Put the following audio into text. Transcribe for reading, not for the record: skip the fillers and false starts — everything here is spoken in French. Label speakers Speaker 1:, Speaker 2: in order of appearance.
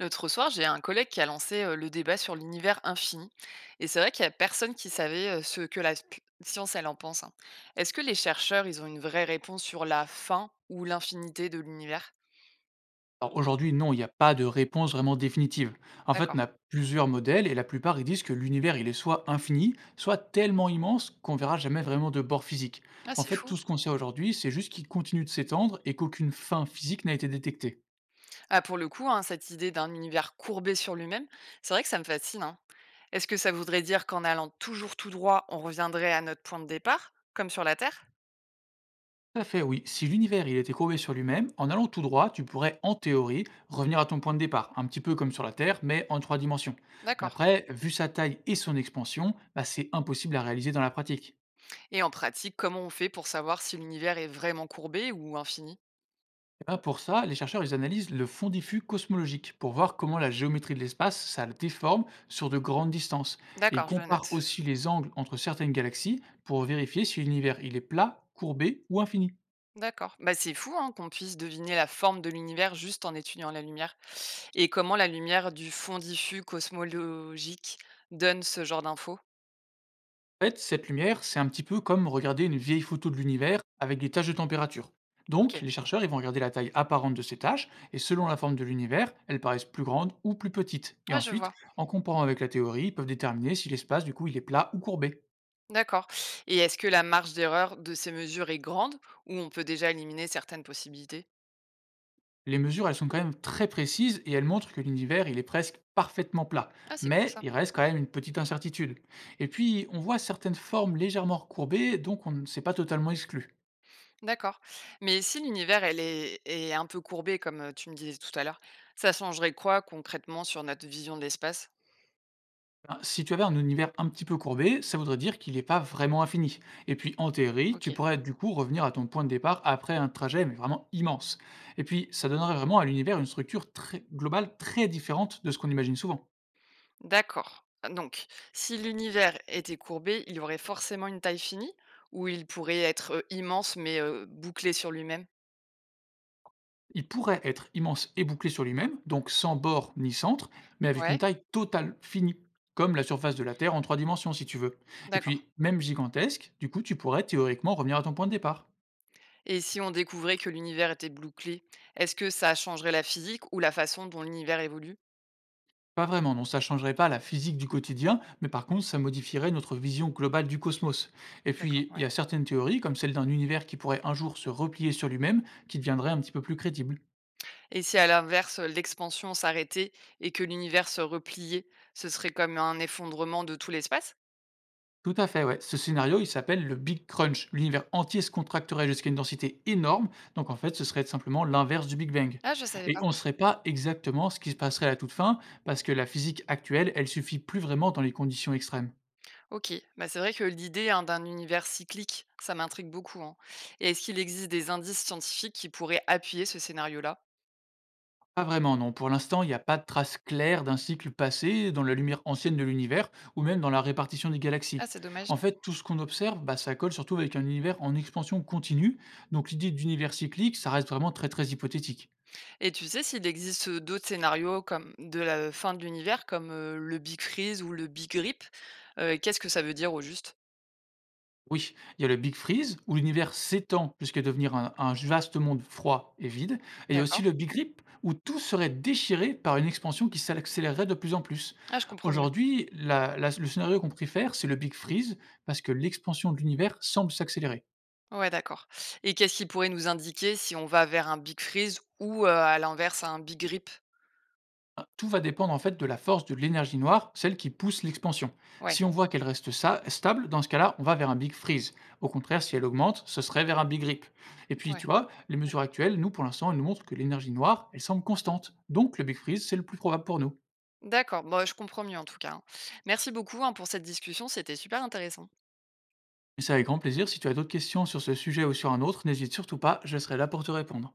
Speaker 1: L'autre soir, j'ai un collègue qui a lancé le débat sur l'univers infini. Et c'est vrai qu'il n'y a personne qui savait ce que la science, elle en pense, hein. Est-ce que les chercheurs, ils ont une vraie réponse sur la fin ou l'infinité de l'univers?
Speaker 2: Alors aujourd'hui, non, il n'y a pas de réponse vraiment définitive. En fait,
Speaker 1: D'accord.
Speaker 2: on a plusieurs modèles et la plupart ils disent que l'univers il est soit infini, soit tellement immense qu'on verra jamais vraiment de bord physique.
Speaker 1: Ah,
Speaker 2: En
Speaker 1: c'est
Speaker 2: fait,
Speaker 1: fou.
Speaker 2: tout ce qu'on sait aujourd'hui, c'est juste qu'il continue de s'étendre et qu'aucune fin physique n'a été détectée.
Speaker 1: Ah, pour le coup, hein, cette idée d'un univers courbé sur lui-même, c'est vrai que ça me fascine, hein. Est-ce que ça voudrait dire qu'en allant toujours tout droit, on reviendrait à notre point de départ, comme sur la Terre?
Speaker 2: Tout à fait, oui. Si l'univers il était courbé sur lui-même, en allant tout droit, tu pourrais en théorie revenir à ton point de départ, un petit peu comme sur la Terre, mais en trois dimensions. Mais
Speaker 1: D'accord.
Speaker 2: après, vu sa taille et son expansion, bah, c'est impossible à réaliser dans la pratique.
Speaker 1: Et en pratique, comment on fait pour savoir si l'univers est vraiment courbé ou infini?
Speaker 2: Ah, pour ça, les chercheurs ils analysent le fond diffus cosmologique pour voir comment la géométrie de l'espace ça le déforme sur de grandes distances. Et ils
Speaker 1: D'accord, je le
Speaker 2: comparent
Speaker 1: note.
Speaker 2: aussi les angles entre certaines galaxies pour vérifier si l'univers il est plat, courbé ou infini.
Speaker 1: D'accord. Bah, c'est fou, hein, qu'on puisse deviner la forme de l'univers juste en étudiant la lumière. Et comment la lumière du fond diffus cosmologique donne ce genre d'infos?
Speaker 2: En fait, cette lumière, c'est un petit peu comme regarder une vieille photo de l'univers avec des taches de température.
Speaker 1: Ok.
Speaker 2: Donc, les chercheurs ils vont regarder la taille apparente de ces taches et selon la forme de l'univers, elles paraissent plus grandes ou plus petites. Et
Speaker 1: Ouais, je
Speaker 2: ensuite,
Speaker 1: vois.
Speaker 2: en comparant avec la théorie, ils peuvent déterminer si l'espace du coup il est plat ou courbé.
Speaker 1: D'accord. Et est-ce que la marge d'erreur de ces mesures est grande ou on peut déjà éliminer certaines possibilités?
Speaker 2: Les mesures, elles sont quand même très précises et elles montrent que l'univers, il est presque parfaitement plat.
Speaker 1: Ah, c'est cool
Speaker 2: Mais
Speaker 1: ça.
Speaker 2: il reste quand même une petite incertitude. Et puis, on voit certaines formes légèrement recourbées, donc on ne s'est pas totalement exclu.
Speaker 1: D'accord. Mais si l'univers est un peu courbé, comme tu me disais tout à l'heure, ça changerait quoi concrètement sur notre vision de l'espace?
Speaker 2: Hein, si tu avais un univers un petit peu courbé, ça voudrait dire qu'il n'est pas vraiment infini. Et puis, en théorie,
Speaker 1: Ok.
Speaker 2: tu pourrais du coup revenir à ton point de départ après un trajet, mais vraiment immense. Et puis, ça donnerait vraiment à l'univers une structure très globale très différente de ce qu'on imagine souvent.
Speaker 1: D'accord. Donc, si l'univers était courbé, il y aurait forcément une taille finie ou il pourrait être immense mais bouclé sur lui-même?
Speaker 2: Il pourrait être immense et bouclé sur lui-même, donc sans bord ni centre, mais avec une
Speaker 1: Ouais,
Speaker 2: taille totale finie, comme la surface de la Terre en trois dimensions si tu veux. Et
Speaker 1: d'accord.
Speaker 2: puis, même gigantesque, du coup tu pourrais théoriquement revenir à ton point de départ.
Speaker 1: Et si on découvrait que l'univers était bouclé, est-ce que ça changerait la physique ou la façon dont l'univers évolue?
Speaker 2: Pas vraiment, non, ça changerait pas la physique du quotidien, mais par contre ça modifierait notre vision globale du cosmos. Et
Speaker 1: D'accord,
Speaker 2: puis, il y
Speaker 1: ouais.
Speaker 2: a certaines théories, comme celle d'un univers qui pourrait un jour se replier sur lui-même, qui deviendraient un petit peu plus crédibles.
Speaker 1: Et si à l'inverse, l'expansion s'arrêtait et que l'univers se repliait, ce serait comme un effondrement de tout l'espace?
Speaker 2: Tout à fait, ouais. Ce scénario, il s'appelle le Big Crunch. L'univers entier se contracterait jusqu'à une densité énorme, donc en fait, ce serait simplement l'inverse du Big Bang.
Speaker 1: Ah, je savais
Speaker 2: Et
Speaker 1: pas.
Speaker 2: on ne saurait pas exactement ce qui se passerait à la toute fin, parce que la physique actuelle, elle suffit plus vraiment dans les conditions extrêmes.
Speaker 1: OK, bah, c'est vrai que l'idée, hein, d'un univers cyclique, ça m'intrigue beaucoup, hein. Et est-ce qu'il existe des indices scientifiques qui pourraient appuyer ce scénario-là?
Speaker 2: Pas vraiment, non. Pour l'instant, il n'y a pas de trace claire d'un cycle passé dans la lumière ancienne de l'univers, ou même dans la répartition des galaxies.
Speaker 1: Ah, c'est dommage.
Speaker 2: En fait, tout ce qu'on observe, bah, ça colle surtout avec un univers en expansion continue, donc l'idée d'univers cyclique, ça reste vraiment très très hypothétique.
Speaker 1: Et tu sais s'il existe d'autres scénarios comme de la fin de l'univers, comme le Big Freeze ou le Big Rip? Qu'est-ce que ça veut dire au juste?
Speaker 2: Oui, il y a le Big Freeze, où l'univers s'étend jusqu'à devenir un vaste monde froid et vide. Et il y a aussi
Speaker 1: D'accord.
Speaker 2: le Big Rip, où tout serait déchiré par une expansion qui s'accélérerait de plus en plus.
Speaker 1: Ah, je comprends mieux.
Speaker 2: Aujourd'hui, le scénario qu'on préfère, c'est le Big Freeze, parce que l'expansion de l'univers semble s'accélérer.
Speaker 1: Ouais, d'accord. Et qu'est-ce qui pourrait nous indiquer si on va vers un Big Freeze ou à l'inverse, un Big Rip?
Speaker 2: Ah, tout va dépendre en fait de la force de l'énergie noire, celle qui pousse l'expansion.
Speaker 1: Ouais,
Speaker 2: Si on voit qu'elle reste stable, dans ce cas-là, on va vers un Big Freeze. Au contraire, si elle augmente, ce serait vers un Big Rip. Et puis, tu
Speaker 1: ouais,
Speaker 2: vois, les mesures
Speaker 1: d'accord.
Speaker 2: actuelles, nous, pour l'instant, elles nous montrent que l'énergie noire, elle semble constante. Donc, le Big Freeze, c'est le plus probable pour nous.
Speaker 1: D'accord, bon, je comprends mieux en tout cas, hein. Merci beaucoup, hein, pour cette discussion, c'était super intéressant.
Speaker 2: Et c'est avec grand plaisir. Si tu as d'autres questions sur ce sujet ou sur un autre, n'hésite surtout pas, je serai là pour te répondre.